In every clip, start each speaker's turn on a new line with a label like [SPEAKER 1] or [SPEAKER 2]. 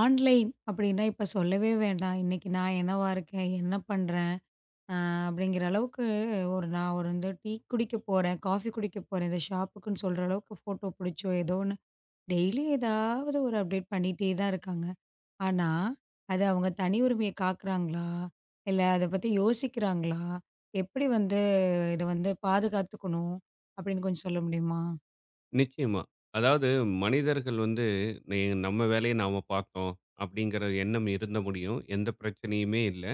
[SPEAKER 1] Online அப்படின்னா இப்ப சொல்லவே வேண்டாம். இன்னைக்கு நான் என்னவா இருக்கேன்? என்ன பண்றேன்? அ அப்படிங்கிற அளவுக்கு நான் ஒரு வந்து டீ குடிக்க போறேன், காஃபி குடிக்க போறேன், இந்த ஷாப்புக்குன்னு சொல்ற அளவுக்கு ஃபோட்டோ புடிச்சோ, ஏதோ ஒண்ணு டெய்லி ஏதாவது ஒரு அப்டேட் பண்ணிட்டே தான் இருக்காங்க. ஆனா, அது அவங்க தனி உரிமைய காக்குறாங்களா? இல்ல அத பத்தி யோசிக்கிறாங்களா? எப்படி வந்து இத வந்து பாதுகாத்துக்கணும் அப்படின்னு கொஞ்சம் சொல்ல முடியுமா?
[SPEAKER 2] நிச்சயமா. அதாவது மனிதர்கள் வந்து நி நம்ம வேலைய நாம பார்த்தோம் அப்படிங்கிற எண்ணம் இருந்த முடியும். எந்த பிரச்சனையுமே இல்ல.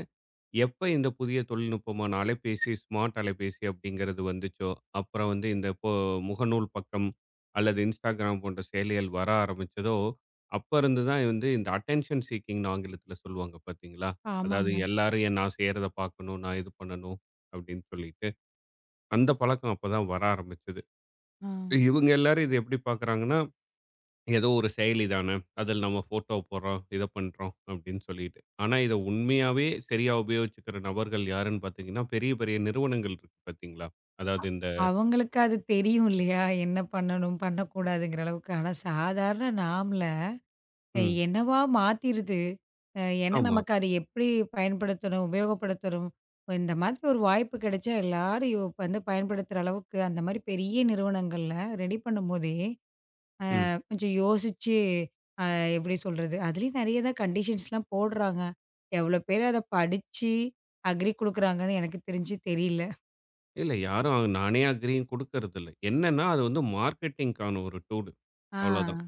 [SPEAKER 2] எப்ப இந்த புதிய தொழில்நுட்பமான அலைபேசி, ஸ்மார்ட் அலைபேசி அப்படிங்கிறது வந்துச்சோ, அப்புறம் வந்து இந்த இப்போ முகநூல் பக்கம் அல்லது Instagram போன்ற செயலிகள் வர ஆரம்பிச்சதோ, அப்ப இருந்து தான் வந்து இந்த அட்டென்ஷன் சீக்கிங்ன்னு ஆங்கிலத்தில சொல்லுவாங்க பார்த்தீங்களா? அதாவது
[SPEAKER 1] ஆமாங்க.
[SPEAKER 2] எல்லாரும் என் நான் செய்றத பார்க்கணும், நான் இது பண்ணணும் அப்படின்னு சொல்லிட்டு. அந்த பழக்கம் அப்பதான் வர ஆரம்பிச்சது.
[SPEAKER 1] ஆ.
[SPEAKER 2] இவங்க எல்லாரும் இத எப்படி பார்க்குறாங்கன்னா ஏதோ ஒரு செயலி தான. அதில நம்ம ஃபோட்டோ போடுறோம், இத பண்றோம் அப்படின்னு சொல்லிட்டு. ஆனா, இத உண்மையாவே சரியா உபயோகிச்சுக்கிற நபர்கள் யாருன்னு பார்த்தீங்கன்னா, பெரிய பெரிய நிறுவனங்கள் இருக்கு பார்த்தீங்களா? அதாவது இந்த
[SPEAKER 1] அவங்களுக்கு அது தெரியும் இல்லையா? என்ன பண்ணணும், பண்ணக்கூடாதுங்கிற அளவுக்கு. ஆனா சாதாரண நாமள
[SPEAKER 2] ம்.
[SPEAKER 1] என்னவா மாத்திருது. ஏன்னா
[SPEAKER 2] ஆமா.
[SPEAKER 1] நமக்கு அதை எப்படி பயன்படுத்தணும், உபயோகப்படுத்தணும். இந்த மாதிரி ஒரு வாய்ப்பு கிடைச்சா எல்லாரும் யோ வந்து பயன்படுத்துற அளவுக்கு அந்த மாதிரி பெரிய நிறுவனங்கள்ல ரெடி பண்ணும்போதே,
[SPEAKER 2] ம்.
[SPEAKER 1] கொஞ்சம் யோசிச்சு அ எப்படி சொல்றது? அதுலயும் நெறைய தான் கண்டிஷன்ஸ்லாம் போடுறாங்க. எவ்வளோ பேர் அத படிச்சு அக்ரி குடுக்குறாங்கன்னு எனக்கு தெரிஞ்சு தெரியல.
[SPEAKER 2] இல்ல. யாரும் நானே அக்ரியும் குடுக்கறதில்ல. என்னன்னா, அது வந்து மார்க்கெட்டிங்க்கான ஒரு டூல்.
[SPEAKER 1] ஆ.
[SPEAKER 2] அவ்வளோதான்.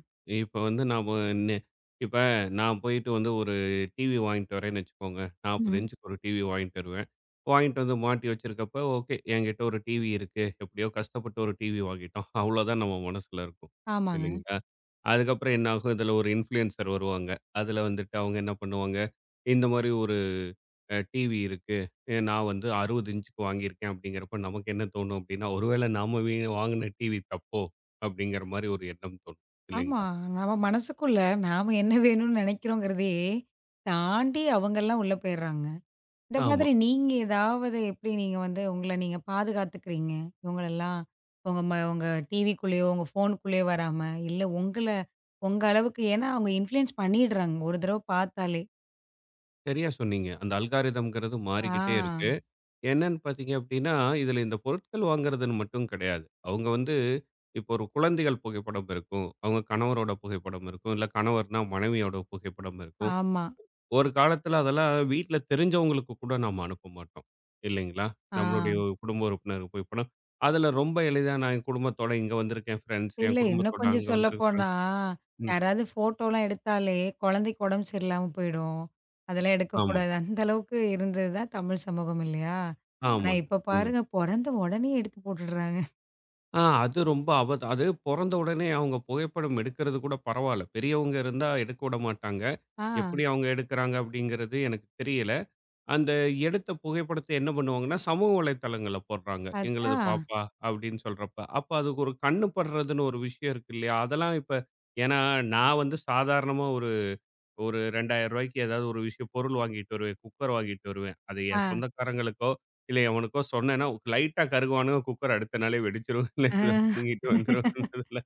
[SPEAKER 2] இப்ப வந்து நாம நெ இப்ப நான் போயிட்டு வந்து ஒரு டிவி வாங்கிட்டு வரேன்னு வச்சுக்கோங்க. 40
[SPEAKER 1] ம்.
[SPEAKER 2] இன்ச்சுக்கு ஒரு டிவி வாங்கிட்டு வருவேன். வாங்கிட்டு வந்து மாட்டி வச்சிருக்கப்ப, ஓகே என்கிட்ட ஒரு டிவி இருக்கு. எப்படியோ கஷ்டப்பட்டு ஒரு டிவி வாங்கிட்டோம். அவ்வளோதான் நம்ம மனசுல இருக்கும்.
[SPEAKER 1] ஆமாங்க.
[SPEAKER 2] இல்லைங்களா? அதுக்கப்புறம் என்ன ஆகும்? இதுல ஒரு இன்ஃப்ளூயன்சர் வருவாங்க. அதுல வந்துட்டு அவங்க என்ன பண்ணுவாங்க, இந்த மாரி அ டிவி இருக்கு. நான் வந்து 60 இன்ச்சுக்கு வாங்கியிருக்கேன் அப்படிங்கிறப்ப நமக்கு என்ன தோணும் அப்படின்னா, ஒருவேளை நாம வாங்கின டிவி தப்போ அப்படிங்கிற மாரி ஒரு எண்ணம் தோணும்
[SPEAKER 1] ஆமா.
[SPEAKER 2] இல்லைங்களா?
[SPEAKER 1] நம்ம மனசுக்குள்ள நாம என்ன வேணும்னு நெனைக்கிறோங்கிறதே தாண்டி அவங்கலாம் உள்ள போயிடுறாங்க. இந்த
[SPEAKER 2] ஆமா.
[SPEAKER 1] மாதிரி நீங்க ஏதாவது எப்படி நீங்க வந்து உங்கள நீங்க பாதுகாத்துக்கிறீங்க? இவங்களெல்லாம் உங்க டிவிக்குள்ளேயோ, உங்க ஃபோனுக்குள்ளேயோ வராம, இல்ல உங்கள உங்க அளவுக்கு ஏன்னா அவங்க இன்ஃப்ளூயன்ஸ் பண்ணிடுறாங்க. ஒரு தடவ பார்த்தாலே.
[SPEAKER 2] சரியா சொன்னீங்க. அந்த அல்காரிதம்ங்கிறது மாறிக்கிட்டே இருக்கு.
[SPEAKER 1] ஆ.
[SPEAKER 2] என்னன்னு பார்த்தீங்க அப்படின்னா, இதில இந்த பொருட்கள் வாங்குறதுன்னு மட்டும் கிடையாது. அவங்க வந்து இப்போ ஒரு குழந்தைகள் புகைப்படம் இருக்கும். அவங்க கணவரோட புகைப்படம் இருக்கும். இல்ல கணவர்னா மனைவியோட புகைப்படம் இருக்கும்.
[SPEAKER 1] ஆமா.
[SPEAKER 2] ஒரு காலத்துல அதெல்லாம் வீட்ல தெரிஞ்சவங்களுக்கு கூட நாம அனுப்ப மாட்டோம். இல்லைங்களா?
[SPEAKER 1] ஆ.
[SPEAKER 2] நம்மளுடைய ஒரு குடும்ப உறுப்பினருக்கு போய் பணம் அதுல ரொம்ப எளிதா நான் என் குடும்பத்தோட இங்க வந்திருக்கேன் ஃபிரெண்ட்ஸ்.
[SPEAKER 1] இல்ல,
[SPEAKER 2] என்
[SPEAKER 1] இன்னும்
[SPEAKER 2] குடும்பத்தோட
[SPEAKER 1] கொஞ்சம்
[SPEAKER 2] அங்க வந்திருக்க
[SPEAKER 1] சொல்லப்போனா,
[SPEAKER 2] ஃபிரெண்ட்ஸ். ம்.
[SPEAKER 1] யாராவது ஃபோட்டோலாம் எடுத்தாலே, குழந்தைக்கு உடம்பு சரியில்லாம போயிடும். அதெல்லாம்
[SPEAKER 2] ஆமாங்க,
[SPEAKER 1] எடுக்கக்கூடாது. அந்த அளவுக்கு இருந்தது தான் தமிழ் சமூகம் இல்லையா? ஆனா
[SPEAKER 2] ஆமாங்க.
[SPEAKER 1] இப்ப
[SPEAKER 2] உண்மை.
[SPEAKER 1] பாருங்க, பொறந்த உடனே எடுத்து போட்டுடுறாங்க.
[SPEAKER 2] ஆ அது ரொம்ப அது பொறந்த உடனே அவங்க புகைப்படம் எடுக்கிறது கூட பரவால்ல. பெரியவங்க இருந்தா எடுக்க விட மாட்டாங்க.
[SPEAKER 1] ஆ,
[SPEAKER 2] எப்படி அவங்க எடுக்குறாங்க அப்படிங்கிறது எனக்கு தெரியல. அந்த எடுத்த புகைப்படத்த என்ன பண்ணுவாங்கன்னா, சமூக வலைதளங்கள்ல போடுறாங்க. எங்களது
[SPEAKER 1] அதான்.
[SPEAKER 2] பாப்பா அப்படின்னு சொல்றப்ப. அப்ப அதுக்கு ஒரு கண்ணு படுறதுன்னு ஒரு விஷயம் இருக்கு இல்லையா? அதெல்லாம் இப்ப ஏன்னா நான் வந்து சாதாரணமா ஒரு ஒரு ரூ. 2000க்கு ஏதாவது ஒரு விஷயம் பொருள் வாங்கிட்டு வருவேன். குக்கர் வாங்கிட்டு வருவேன். அது
[SPEAKER 1] ஆ,
[SPEAKER 2] என் சொந்தக்காரங்களுக்கோ, இல்ல எவனுக்கோ சொன்னேன்னா, லைட்டா கருகுவானுங்க குக்கர் அடுத்த நாளே வெடிச்சிரும். இல்ல இத
[SPEAKER 1] ஆ.
[SPEAKER 2] புடுங்கிட்டு வந்துருவானுங்க.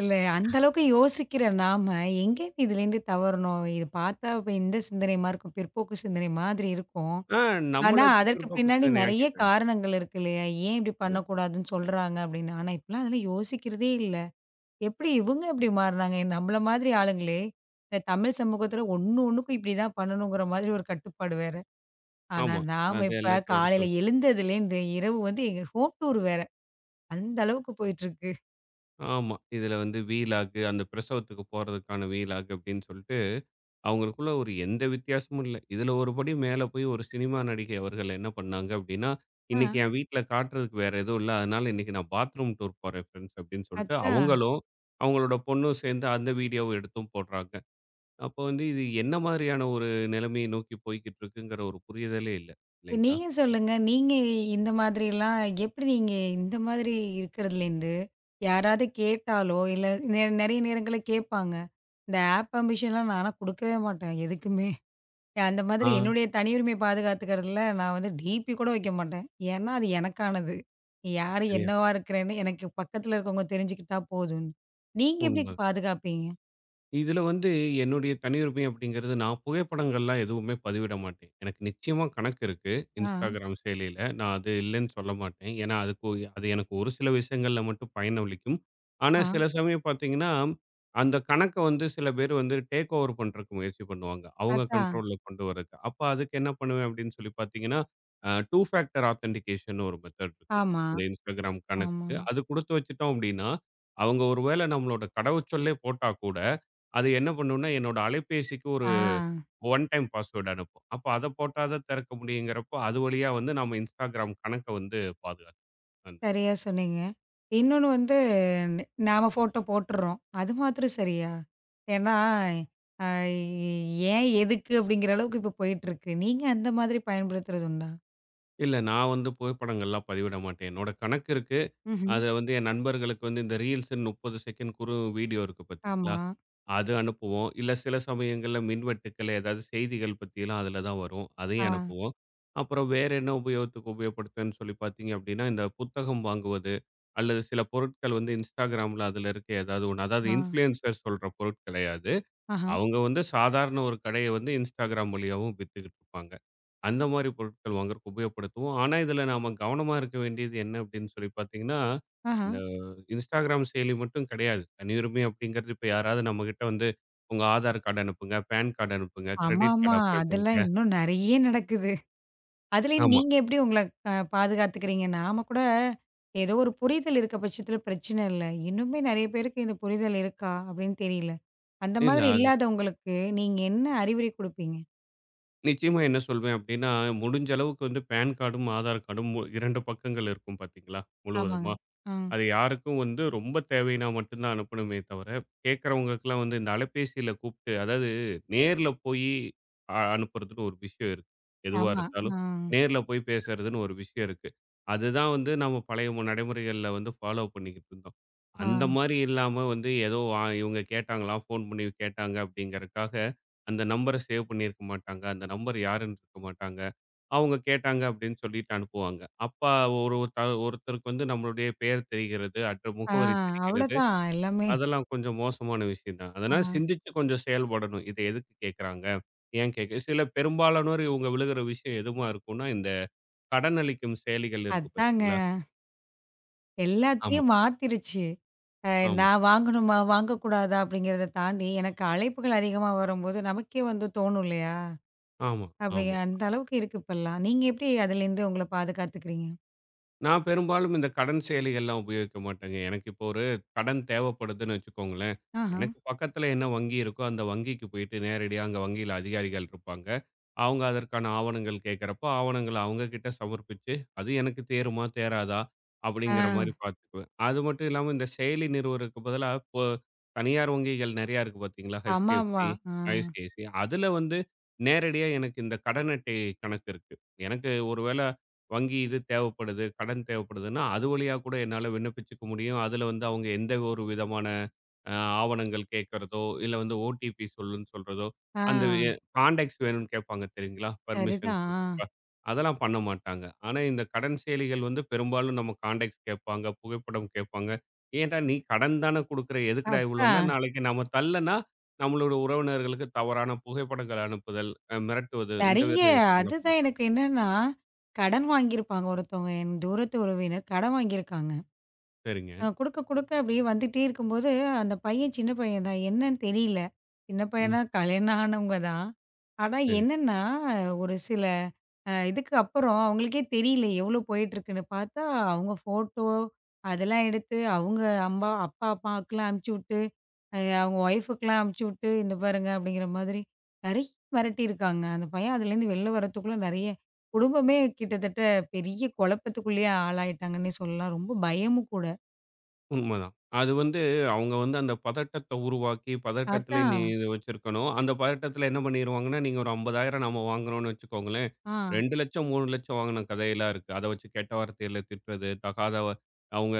[SPEAKER 1] இல்ல அந்த அளவுக்கு யோசிக்கிற நாம, எங்கேருந்து இதுலேருந்து தவறணும்? இது பார்த்தா இப்ப இந்த சிந்தனையுமா இருக்கும், பிற்போக்கு சிந்தனை மாதிரி இருக்கும்.
[SPEAKER 2] ஆ
[SPEAKER 1] ஆனா,
[SPEAKER 2] நம்மள எப்படி
[SPEAKER 1] அதற்கு
[SPEAKER 2] பிற்போக்கு
[SPEAKER 1] பின்னாடி நெறைய
[SPEAKER 2] சிந்தனையாக்கிட்டாங்க.
[SPEAKER 1] காரணங்கள் இருக்கு இல்லையா? ஏன் இப்படி பண்ணக்கூடாதுன்னு சொல்றாங்க அப்படின்னு. ஆனா இப்பலாம் அதெல்லாம் யோசிக்கிறதே இல்ல. எப்படி இவங்க மாறுனாங்க? நம்மள மாதிரி ஆளுங்களே, இந்த தமிழ் சமூகத்தில ஒண்ணு ஒண்ணுக்கும் இப்படிதான் பண்ணணுங்கிற மாதிரி ஒரு கட்டுப்பாடு வேற. ஆனா
[SPEAKER 2] ஆமா.
[SPEAKER 1] நாம
[SPEAKER 2] அது
[SPEAKER 1] இப்ப
[SPEAKER 2] எல்லாத்தையும்
[SPEAKER 1] காலையில
[SPEAKER 2] உடைச்சு
[SPEAKER 1] எழுந்ததுலேருந்து இரவு வந்து எங்க ஹோம் டூர் வேற. அந்த அளவுக்கு போயிட்டுருக்கு.
[SPEAKER 2] ஆமா. இதுல வந்து வீலாகு, அந்த பிரசவத்துக்கு போறதுக்கான வீலாகு அப்படின்னு சொல்லிட்டு, அவங்களுக்குள்ள ஒரு எந்த வித்தியாசமும் இல்ல. இதுல ஒரு படி மேல போய் ஒரு சினிமா நடிகை அவர்கள் என்ன பண்ணாங்க அப்படின்னா,
[SPEAKER 1] ஆ,
[SPEAKER 2] "இன்னைக்கு என் வீட்ல காட்டுறதுக்கு வேற எதுவும் இல்ல. அதனால இன்னைக்கு நான் பாத்ரூம் டூர் போறேன் ஃபிரெண்ட்ஸ்" அப்படின்னு சொல்லிட்டு
[SPEAKER 1] அதான்.
[SPEAKER 2] அவங்களும், அவங்களோட பொண்ணும் சேர்ந்து அந்த வீடியோவ எடுத்தும் போடுறாங்க. அப்போ வந்து இது என்ன மாதிரியான ஒரு நிலைமையை நோக்கி போய்க்கிட்டு இருக்குங்கிற ஒரு புரிதலே இல்ல. இல்லைங்களா?
[SPEAKER 1] நீங்க சொல்லுங்க. நீங்க இந்த மாதிரிலாம் எப்படி நீங்க இந்த மாதிரி இருக்கிறதுலேருந்து, யாராவது கேட்டாலோ, இல்ல நெறைய நேரங்கள்ல கேட்பாங்க. இந்த ஆப் பர்மிஷன்லாம் நான்லாம் குடுக்கவே மாட்டேன் எதுக்குமே. அந்த மாதிரி
[SPEAKER 2] ஆ.
[SPEAKER 1] என்னுடைய தனி உரிமைய பாதுகாத்துக்கிறதுல நான் வந்து டிபி கூட வைக்க மாட்டேன். ஏன்னா அது எனக்கானது. யாரு
[SPEAKER 2] சரியா
[SPEAKER 1] என்னவா இருக்கிறேன்னு எனக்கு பக்கத்துல இருக்கவங்க தெரிஞ்சுக்கிட்டா போதும்ன்னு. நீங்க எப்படி
[SPEAKER 2] உண்ம.
[SPEAKER 1] பாதுகாப்பீங்க?
[SPEAKER 2] இதில வந்து என்னுடைய தனியுரிமை அப்படிங்கிறது, நான் புகைப்படங்கள்லாம் எதுவுமே பதிவிட மாட்டேன். எனக்கு நிச்சயமா கணக்கு இருக்கு.
[SPEAKER 1] ஆ,
[SPEAKER 2] Instagram செயலியில. நான் அது இல்லன்னு சொல்ல மாட்டேன். ஏன்னா, அதுக்கு அது எனக்கு ஒரு சில விஷயங்கள்ல மட்டும் பயனளிக்கும். ஆனா,
[SPEAKER 1] ஆ.
[SPEAKER 2] சில சமயம் பார்த்தீங்கன்னா, அந்த கணக்க வந்து சில பேர் வந்து டேக் ஓவர் பண்றதுக்கு முயற்சி பண்ணுவாங்க. அவங்க
[SPEAKER 1] அதான்.
[SPEAKER 2] கண்ட்ரோல்ல கொண்டு வரதுக்கு. அப்ப அதுக்கு என்ன பண்ணுவேன் அப்படின்னு சொல்லி பார்த்தீங்கன்னா, 2 ஃபேக்டர் ஆத்தென்டிகேஷன்னு ஒரு மெத்தட் இருக்கு.
[SPEAKER 1] ஆமா,
[SPEAKER 2] இந்த Instagram
[SPEAKER 1] ஆமா.
[SPEAKER 2] கணக்குக்கு. அது குடுத்து வச்சுட்டோம் அப்படின்னா, அவங்க ஒரு வேள நம்மளோட கடவுச்சொல்லே போட்டா கூட, அது என்ன பண்ணும்னா, என்னோட அலைபேசிக்கு ஒரு
[SPEAKER 1] ஆ,
[SPEAKER 2] ஒன் டைம் பாஸ்வேர்ட் அனுப்பும். அப்ப அத போட்டா தான் திறக்க முடியுங்கிறப்போ, அது வழியா வந்து நம்ம Instagram கணக்க வந்து பாதுகாத்துக்கலாம்.
[SPEAKER 1] சரியா சொன்னீங்க. இன்னொன்னு வந்து நாம ஃபோட்டோ போட்டுர்றோம். அது மாத்திரம் சரியா? ஏன்னா அ ஏன் எதுக்கு அப்படிங்கிற அளவுக்கு இப்ப போயிட்டு இருக்கு. நீங்க அந்த மாதிரி பயன்படுத்துறது உண்டா?
[SPEAKER 2] இல்ல நான் வந்து புகைப்படங்கள்லாம் பதிவிட மாட்டேன். என்னோட கணக்கு இருக்கு.
[SPEAKER 1] ம்ஹ்ம்.
[SPEAKER 2] அதுல வந்து என் நண்பர்களுக்கு வந்து இந்த ரீல்ஸ்ன்னு 30 செகண்ட் குறு வீடியோ இருக்கு பார்த்தீங்களா?
[SPEAKER 1] ஆமா.
[SPEAKER 2] அது அனுப்புவோம். இல்ல சில சமயங்கள்ல மின்வெட்டுக்கள் ஏதாவது செய்திகள் பத்திலாம் அதில தான் வரும்.
[SPEAKER 1] ஆ,
[SPEAKER 2] அதையும் அனுப்புவோம். அப்புறம் வேற என்ன உபயோகத்துக்கு உபயோகப்படுத்துவேன்னு சொல்லி பார்த்தீங்க அப்படின்னா, இந்த புத்தகம் வாங்குவது, அல்லது சில பொருட்கள் வந்து Instagramல அதில இருக்க ஏதாவது ஒண்ணு. அதாவது
[SPEAKER 1] ஆ.
[SPEAKER 2] இன்ஃப்ளூயன்சர் சொல்ற பொருட்களையாது.
[SPEAKER 1] ஆஹ.
[SPEAKER 2] அவங்க வந்து சாதாரண ஒரு கடைய வந்து Instagram வழியாவும் வித்துக்கிட்டு இருப்பாங்க. அந்த மாரி பொருட்கள் வாங்குறதுக்கு உபயோகப்படுத்துவோம். ஆனா, இதுல நாம கவனமா இருக்க வேண்டியது என்ன அப்படின்னு சொல்லி பார்த்தீங்கன்னா,
[SPEAKER 1] ஆஹா.
[SPEAKER 2] இந்த Instagram செயலி மட்டும் கிடையாது. தனியுரிமை அப்படிங்கிறது இப்ப யாராவது நம்மகிட்ட வந்து உங்க ஆதார் கார்டு அனுப்புங்க, பான் கார்டு அனுப்புங்க, கிரெடிட்
[SPEAKER 1] ஆமாமா.
[SPEAKER 2] கார்டு அப்ளை பண்ணுங்க.
[SPEAKER 1] அதெல்லாம் இன்னும் நெறைய நடக்குது. அதுலேருந்து
[SPEAKER 2] ஆமா.
[SPEAKER 1] நீங்க எப்படி உங்கள பாதுகாத்துக்கிறீங்க? நாம கூட ஏதோ ஒரு புரிதல் இருக்க பட்சத்தில பிரச்சனை இல்ல. இன்னுமே நெறைய பேருக்கு இந்த புரிதல் இருக்கா அப்படின்னு தெரியல. அந்த
[SPEAKER 2] இல்ல
[SPEAKER 1] மாதிரி
[SPEAKER 2] அது
[SPEAKER 1] இல்லாதவங்களுக்கு நீங்க என்ன அறிவுரை குடுப்பீங்க?
[SPEAKER 2] நிச்சயமா என்ன சொல்வேன் அப்படின்னா, முடிஞ்ச அளவுக்கு வந்து பான் கார்டும், ஆதார் கார்டும் 2 பக்கங்கள் இருக்கும் பார்த்தீங்களா
[SPEAKER 1] ஆமாங்க.
[SPEAKER 2] முழுவதுமா?
[SPEAKER 1] ஆ.
[SPEAKER 2] அது யாருக்கும் வந்து ரொம்ப தேவைன்னா மட்டும்தான் அனுப்பணுமே தவிர, கேட்கறவங்களுக்கெல்லாம் வந்து இந்த அலைபேசியில கூப்பிட்டு அதாவது நேர்ல போயி அனுப்புறதுன்னு ஒரு விஷயம் இருக்கு. எதுவா
[SPEAKER 1] ஆமா. ஆ.
[SPEAKER 2] இருந்தாலும் நேர்ல போய் பேசுறதுன்னு ஒரு விஷயம் இருக்கு. அதுதான் வந்து நம்ம பழைய நடைமுறைகள்ல வந்து ஃபாலோ பண்ணிக்கிட்டு இருந்தோம்.
[SPEAKER 1] ஆ.
[SPEAKER 2] அந்த மாரி இல்லாம வந்து ஏதோ இவங்க கேட்டாங்களாம், ஃபோன் பண்ணி கேட்டாங்க அப்படிங்கறக்காக, அந்த நம்பர சேவ் பண்ணியிருக்க மாட்டாங்க. அந்த நம்பர் யாருன்னு இருக்க மாட்டாங்க. அவங்க கேட்டாங்க அப்படின்னு சொல்லிட்டு அனுப்புவாங்க. அப்ப ஒரு த ஒருத்தருக்கு வந்து நம்மளுடைய பெயர் தெரிகிறது, அற்ற
[SPEAKER 1] ஆ.
[SPEAKER 2] முகவரி தெரிகிறது.
[SPEAKER 1] அவ்வளோதான் எல்லாமே.
[SPEAKER 2] அதெல்லாம் கொஞ்சம் மோசமான விஷயம் தான். அதனால
[SPEAKER 1] ஆ.
[SPEAKER 2] சிந்திச்சு கொஞ்சம் செயல்படணும். இத எதுக்கு கேட்கறாங்க? ஏன் கேட்க சில பெரும்பாலானோர் இவங்க விழுகிற விஷயம் எதுவா இருக்கும்னா, இந்த கடன் அளிக்கும் செயலிகள் இருக்கு
[SPEAKER 1] அதாங்க.
[SPEAKER 2] பார்த்தீங்களா? ஆமா,
[SPEAKER 1] எல்லாத்தையும் மாத்திருச்சு. அ
[SPEAKER 2] ஆமா,
[SPEAKER 1] நான் வாங்கணுமா? வாங்கக்கூடாதா? அப்படிங்கிறத தாண்டி எனக்கு அழைப்புகள் அதிகமா வரும்போது நமக்கே வந்து தோணும் இல்லையா?
[SPEAKER 2] ஆமா,
[SPEAKER 1] அப்படியா?
[SPEAKER 2] ஆமா.
[SPEAKER 1] அந்த அளவுக்கு இருக்கு இப்பல்லாம். நீங்க எப்படி அதுலேருந்து உங்கள பாதுகாத்துக்கிறீங்க?
[SPEAKER 2] நான் பெரும்பாலும் இந்த கடன் செயலிகள்லாம் உபயோகிக்க மாட்டேங்க. எனக்கு இப்போ ஒரு கடன் தேவைப்படுதுன்னு வச்சுக்கோங்களேன்.
[SPEAKER 1] ஆஹா.
[SPEAKER 2] எனக்கு பக்கத்துல என்ன வங்கி இருக்கோ, அந்த வங்கிக்கு போயிட்டு நேரடியா அங்க வங்கியில அதிகாரிகள் இருப்பாங்க. அவங்க அதற்கான ஆவணங்கள் கேட்கறப்போ, ஆவணங்கள அவங்க கிட்ட சமர்ப்பிச்சு, அது எனக்கு தேருமா? தேராதா?
[SPEAKER 1] ஆ.
[SPEAKER 2] அப்படிங்கிற மாரி பார்த்துக்குவேன். அது மட்டும் இல்லாம இந்த செயலி நிறுவறதுக்கு பதிலா, இப்போ தனியார் வங்கிகள் நெறையா இருக்கு பார்த்தீங்களா?
[SPEAKER 1] ஆமாமா.
[SPEAKER 2] HDFC,
[SPEAKER 1] ஆ.
[SPEAKER 2] ICICI. அதுல வந்து நேரடியா எனக்கு இந்த கடன் அட்டை கணக்கு இருக்கு. எனக்கு ஒரு வேள வங்கி இது தேவைப்படுது, கடன் தேவைப்படுதுன்னா, அது வழியா கூட என்னால விண்ணப்பிச்சுக்க முடியும். அதுல வந்து அவங்க எந்த ஒரு விதமான அ ஆவணங்கள் கேட்கறதோ, இல்ல வந்து ஓடிபி சொல்லுன்னு சொல்றதோ,
[SPEAKER 1] ஆ.
[SPEAKER 2] அந்த கான்டாக்ட்ஸ் வேணும்னு கேட்பாங்க தெரியுங்களா? பெர்மிஷன்
[SPEAKER 1] சரிதான். ஆ.
[SPEAKER 2] குடுக்குறப்ப. அதெல்லாம் பண்ண மாட்டாங்க. ஆனா, இந்த கடன் செயலிகள் வந்து பெரும்பாலும் நம்ம கான்டாக்ட்ஸ் கேட்பாங்க, புகைப்படம் கேட்பாங்க. "ஏன்டா நீ கடன் தானே குடுக்குற, எதுக்குடா இவ்வளோன்னா?"
[SPEAKER 1] அதான்.
[SPEAKER 2] நாளைக்கு நம்ம தள்ளனா, நம்மளோட உறவினர்களுக்கு தவறான புகைப்படங்கள் அனுப்புதல், மிரட்டுவது இந்த
[SPEAKER 1] நெறைய
[SPEAKER 2] விஷயங்கள
[SPEAKER 1] அதுதான்
[SPEAKER 2] பண்றாங்க.
[SPEAKER 1] எனக்கு என்னன்னா, கடன் வாங்கியிருப்பாங்க ஒருத்தவங்க என் தூரத்து உறவினர் கடன் வாங்கியிருக்காங்க.
[SPEAKER 2] சரிங்க.
[SPEAKER 1] குடுக்க, குடுக்க அப்படியே வந்துட்டே இருக்கும்போது, அந்த பையன் சின்ன பையன் தான். என்னன்னு தெரியல. சின்ன பையனா
[SPEAKER 2] ம்.
[SPEAKER 1] கல்யாணம் ஆனவங்க தான். ஆனா
[SPEAKER 2] சரி.
[SPEAKER 1] என்னன்னா, ஒரு சில இதுக்கு அப்புறம் அவங்களுக்கே தெரியல எவ்வளோ போயிட்டுருக்குன்னு. பார்த்தா அவங்க ஃபோட்டோ அதெல்லாம் எடுத்து, அவங்க அம்மா அப்பா, அம்மாவுக்குலாம் அனுப்பிச்சு விட்டு, அவங்க ஒய்ஃபுக்குலாம் அனுப்பிச்சு விட்டு, இந்த பாருங்க அப்படிங்கிற மாதிரி நெறைய மிரட்டியிருக்காங்க. அந்த பையன் அதுலேருந்து வெளில வரத்துக்குள்ள நெறைய குடும்பமே கிட்டத்தட்ட பெரிய குழப்பத்துக்குள்ளேயே ஆளாயிட்டாங்கன்னே சொல்லலாம். ரொம்ப பயமும் கூட.
[SPEAKER 2] உண்மதான். அது வந்து அவங்க வந்து அந்த பதட்டத்த உருவாக்கி, பதட்டத்திலே நீ
[SPEAKER 1] அதான்.
[SPEAKER 2] இது வச்சிருக்கணும். அந்த பதட்டத்தில என்ன பண்ணிருவாங்கன்னா, நீங்க ஒரு 50,000 நாம வாங்குறோம்னு வச்சுக்கோங்களேன்,
[SPEAKER 1] ஆ,
[SPEAKER 2] 2,00,000 3,00,000 வாங்குன கதையெல்லாம் இருக்கு. அத வச்சு கெட்ட வார்த்தையில திட்டுறது, தகாத அவங்க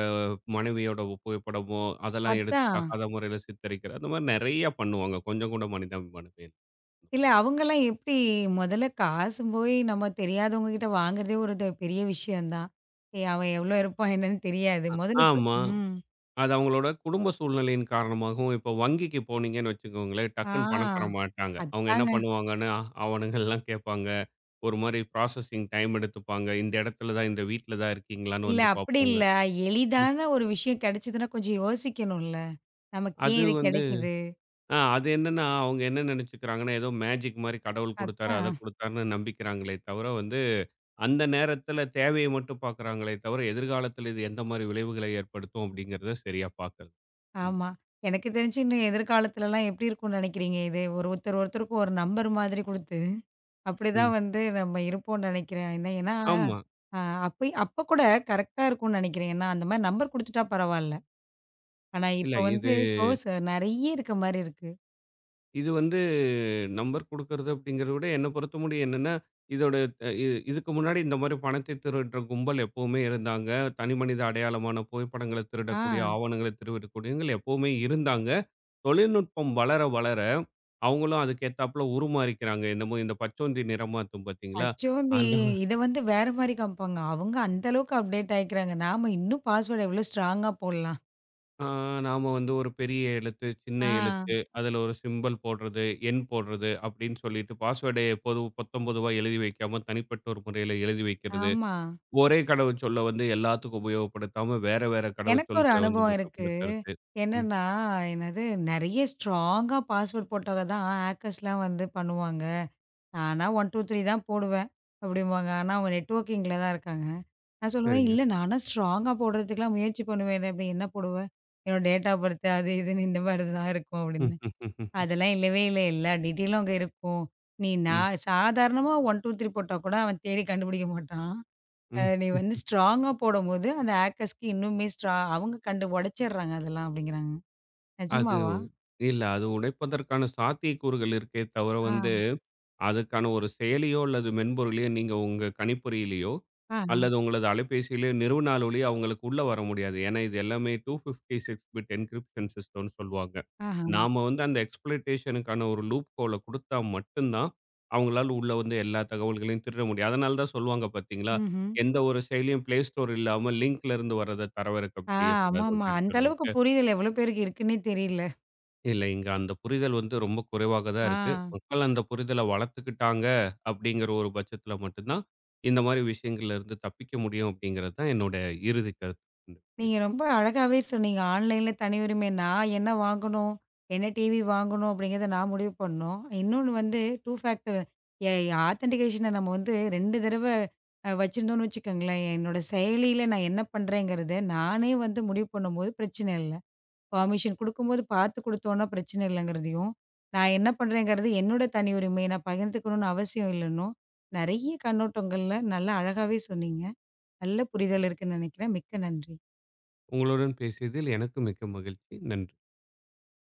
[SPEAKER 2] மனைவியோட புகைப்படமோ, அதெல்லாம் எடுத்து
[SPEAKER 1] அதான்.
[SPEAKER 2] தகாத முறையில சித்தரிக்கிறது. அந்த மாரி நெறைய பண்ணுவாங்க. கொஞ்சம் கூட மனிதாபிமானமே இல்ல.
[SPEAKER 1] இல்ல அவங்கலாம் எப்படி முதல்ல காசு போய் நம்ம தெரியாதவங்க கிட்ட வாங்குறதே ஒரு பெரிய விஷயம் தான். ஏ அவன் எவ்வளோ இருப்பான் என்னன்னு தெரியாது. முதல்ல இப்ப.
[SPEAKER 2] ஆமா.
[SPEAKER 1] ம்.
[SPEAKER 2] அது அவங்களோட குடும்ப சூழ்நிலையின் காரணமாகவும், இப்போ வங்கிக்கு போனீங்கன்னு வச்சுக்கோங்களேன், டக்குன்னு பணம் தர
[SPEAKER 1] ஆ.
[SPEAKER 2] மாட்டாங்க. அவங்க என்ன
[SPEAKER 1] அதாங்க.
[SPEAKER 2] பண்ணுவாங்கன்னு, ஆவணங்கள்லாம் கேட்பாங்க. ஒரு மாரி ப்ராசஸிங் டைம் எடுத்துப்பாங்க. இந்த இடத்துல தான் இந்த வீட்ல தான் இருக்கீங்களான்னு
[SPEAKER 1] இல்ல
[SPEAKER 2] வந்து
[SPEAKER 1] அப்படி
[SPEAKER 2] பார்ப்பாங்க.
[SPEAKER 1] இல்ல. எளிதான ஒரு விஷயம் கிடைச்சதுன்னா கொஞ்சம் யோசிக்கணும்ல. நமக்கு ஏன்
[SPEAKER 2] அது
[SPEAKER 1] இது
[SPEAKER 2] வந்து
[SPEAKER 1] கிடைக்குது?
[SPEAKER 2] ஆ அது என்னன்னா, அவங்க என்ன நெனச்சுக்கிறாங்கன்னா, ஏதோ மேஜிக் மாரி கடவுள் குடுத்தாரு, அத
[SPEAKER 1] அதான்.
[SPEAKER 2] குடுத்தாருன்னு நம்பிக்கிறாங்களே தவிர வந்து, அந்த நேரத்தில தேவைய மட்டும் பார்க்குறாங்களே தவிர, எதிர்காலத்தில இது எந்த மாரி விளைவுகளை ஏற்படுத்தும் அப்படிங்கிறத சரியா பார்க்கல. ம்.
[SPEAKER 1] ஆமா. எனக்கு தெரிஞ்சு இன்னும் எதிர்காலத்துலலாம் எப்படி இருக்கும்னு நினைக்கிறீங்க இது? ஒரு ஒருத்தர் ஒருத்தருக்கும் ஒரு நம்பர் மாதிரி குடுத்து
[SPEAKER 2] ம்.
[SPEAKER 1] அப்படிதான் வந்து நம்ம இருப்போம்னு நினைக்கிறேன். என்ன ஏன்னா,
[SPEAKER 2] ஆமா.
[SPEAKER 1] அ அப்ப அப்ப கூட கரெக்ட்டா இருக்கும்னு நினைக்கிறேன். ஏன்னா, அந்த மாரி நம்பர் குடுத்துட்டா பரவால்ல. ஆனா,
[SPEAKER 2] இல்ல
[SPEAKER 1] இப்ப வந்து
[SPEAKER 2] இது
[SPEAKER 1] சோர்ஸ் நெறைய இருக்க மாரி இருக்கு.
[SPEAKER 2] இது வந்து நம்பர் குடுக்கறது அப்படிங்கிறத விட என்ன பொறுத்தமுடியும் என்னன்னா, இதோட அ இ இதுக்கு முன்னாடி இந்த மாரி பணத்தை திருடுற கும்பல் எப்பவுமே இருந்தாங்க. தனிமனித அடையாளமான புகைப்படங்கள
[SPEAKER 1] ஆ,
[SPEAKER 2] திருடக்கூடிய, ஆவணங்கள திருடக்கூடியவங்கள் எப்பவுமே இருந்தாங்க. தொழில்நுட்பம் வளர வளர அவங்களும் அதுக்கு ஏத்தாப்புல உருமாறிக்கிறாங்க. என்னமோ இந்த பச்சோந்தி நிறமாத்தும் பார்த்தீங்களா?
[SPEAKER 1] "அச்சோந்தி"
[SPEAKER 2] அந்த
[SPEAKER 1] இத வந்து வேற மாரி காமிப்பாங்க. அவங்க அந்த அளவுக்கு அப்டேட் ஆயிக்கிறாங்க. நாம இன்னும் பாஸ்வேர்ட் எவ்வளோ ஸ்ட்ராங்கா போடலாம்.
[SPEAKER 2] ஆ நாம வந்து ஒரு பெரிய எழுத்து, சின்ன
[SPEAKER 1] ஆ,
[SPEAKER 2] எழுத்து, அதுல ஒரு சிம்பல் போடுறது, எண் போடுறது அப்படின்னு சொல்லிட்டு பாஸ்வேர்டை பொதுவா எழுதி வைக்காம தனிப்பட்ட ஒரு முறையில எழுதி வைக்கிறது.
[SPEAKER 1] ஆமா.
[SPEAKER 2] ஒரே கடவுச்சொல்ல வந்து எல்லாத்துக்கும் உபயோகப்படுத்தாம, வேற வேற
[SPEAKER 1] எனக்கு ஒரு
[SPEAKER 2] கடவுச்சொற்கள வந்து
[SPEAKER 1] அனுபவம் இருக்கு.
[SPEAKER 2] மட்டுப்படுத்துறது. ம்.
[SPEAKER 1] என்னன்னா, என்னது நெறைய ஸ்ட்ராங்கா பாஸ்வேர்ட் போட்டாதான் ஹேக்கர்ஸ்லாம் வந்து பண்ணுவாங்க. நானா 1, 2, 3 தான் போடுவேன் அப்படிம்பாங்க. ஆனா அவங்க நெட்வொர்க்கிங்கில தான் இருக்காங்க. நான் சொல்லுவேன்,
[SPEAKER 2] சரிங்க.
[SPEAKER 1] "இல்ல நானா ஸ்ட்ராங்கா போடுறதுக்குலாம் முயற்சி பண்ணுவேனே" அப்படி என்ன போடுவ? என்னோட டேட் ஆஃப் பர்த் அது இதுன்னு இந்த மாதிரி தான் இருக்கும்
[SPEAKER 2] ம்,
[SPEAKER 1] அப்படின்னு.
[SPEAKER 2] ம், ம், ம்,
[SPEAKER 1] அதெல்லாம் இல்லவே இல்ல. எல்லா டீட்டெயிலும் அங்க இருக்கும். நீ
[SPEAKER 2] ம்,
[SPEAKER 1] நான் சாதாரணமா 1, 2, 3 போட்டா கூட அவன் தேடி கண்டுபிடிக்க மாட்டான்.
[SPEAKER 2] ம்,
[SPEAKER 1] நீ வந்து
[SPEAKER 2] ம்.
[SPEAKER 1] ஸ்ட்ராங்கா போடும்போது அந்த ஹேக்கர்ஸ்க்கு இன்னுமே அவங்க கண்டு உடைச்சிடுறாங்க அதெல்லாம் அப்படிங்கிறாங்க.
[SPEAKER 2] அது
[SPEAKER 1] நிஜமாவா?
[SPEAKER 2] இல்ல அது உடைப்பதற்கான சாத்தியக்கூறுகள் இருக்கே தவிர
[SPEAKER 1] ஆ,
[SPEAKER 2] வந்து அதுக்கான ஒரு செயலியோ அல்லது மென்பொருளையோ நீங்க உங்க கணிப்பொறியிலயோ,
[SPEAKER 1] ஆ,
[SPEAKER 2] அல்லது உங்களது அலைபேசியிலயோ நிறுவினால் ஒழிய அவங்களுக்கு உள்ள வர முடியாது. ஏன்னா இது எல்லாமே 256 பிட் என்கிரிப்ஷன் சிஸ்டம்னு சொல்லுவாங்க.
[SPEAKER 1] ஆஹா.
[SPEAKER 2] நாம வந்து அந்த எக்ஸ்ப்ளோய்டேஷனுக்கான ஒரு லூப் ஹோல குடுத்தா மட்டும் தான், அவங்களால உள்ள வந்து எல்லா தகவல்களையும் திருட முடியும். அதனால தான் சொல்லுவாங்க பார்த்தீங்களா,
[SPEAKER 1] ம்ஹ்ம்.
[SPEAKER 2] எந்த ஒரு செயலியும் Play Store இல்லாம லிங்க்ல இருந்து வர்றத தரவிறக்கம்
[SPEAKER 1] ஆ,
[SPEAKER 2] செய்யக்கூடாது
[SPEAKER 1] ஆமாமா.
[SPEAKER 2] அப்படின்னு
[SPEAKER 1] அந்த
[SPEAKER 2] சொல்லி.
[SPEAKER 1] அளவுக்கு புரிதல் எவ்வளோ பேருக்கு இருக்குன்னே தெரியல.
[SPEAKER 2] இல்ல. இங்க அந்த புரிதல் வந்து ரொம்ப குறைவாக தான்
[SPEAKER 1] ஆ.
[SPEAKER 2] இருக்கு. மக்கள் அந்த புரிதல வளர்த்துக்கிட்டாங்க அப்படிங்கிற ஒரு பட்சத்தில மட்டும் தான், இந்த மாரி விஷயங்கள்ல இருந்து தப்பிக்க முடியும் அப்படிங்கிறது தான் என்னோட இறுதி கருத்து.
[SPEAKER 1] நீங்க ரொம்ப அழகாவே சொன்னீங்க. ஆன்லைன்ல தனி உரிமை. நான் என்ன வாங்கணும்? என்ன டிவி வாங்கணும்? அப்படிங்கிறத நான் முடிவு பண்ணணும். இன்னொன்னு வந்து 2 ஃபேக்டர் எ ஆத்தென்டிகேஷன நம்ம வந்து 2 தடவ வச்சிருந்தோம்னு வச்சுக்கோங்களேன், என்னோட செயலியில நான் என்ன பண்றேங்கிறத நானே வந்து முடிவு பண்ணும்போது பிரச்சனை இல்ல. பெர்மிஷன் குடுக்கும்போது பார்த்து குடுத்தோம்னா பிரச்சனை இல்லங்கிறதையும், நான் என்ன பண்றேங்கிறது என்னோட தனி உரிமை. நான் பகிர்ந்துக்கணும்னு அவசியம் இல்லன்னும், நெறைய கண்ணோட்டங்கள்ல நல்லா அழகாவே சொன்னீங்க. நல்ல புரிதல் இருக்குன்னு நெனைக்கிறேன். மிக்க நன்றி.
[SPEAKER 2] உங்களுடன் பேசியதில் எனக்கு மிக்க மகிழ்ச்சி. நன்றி.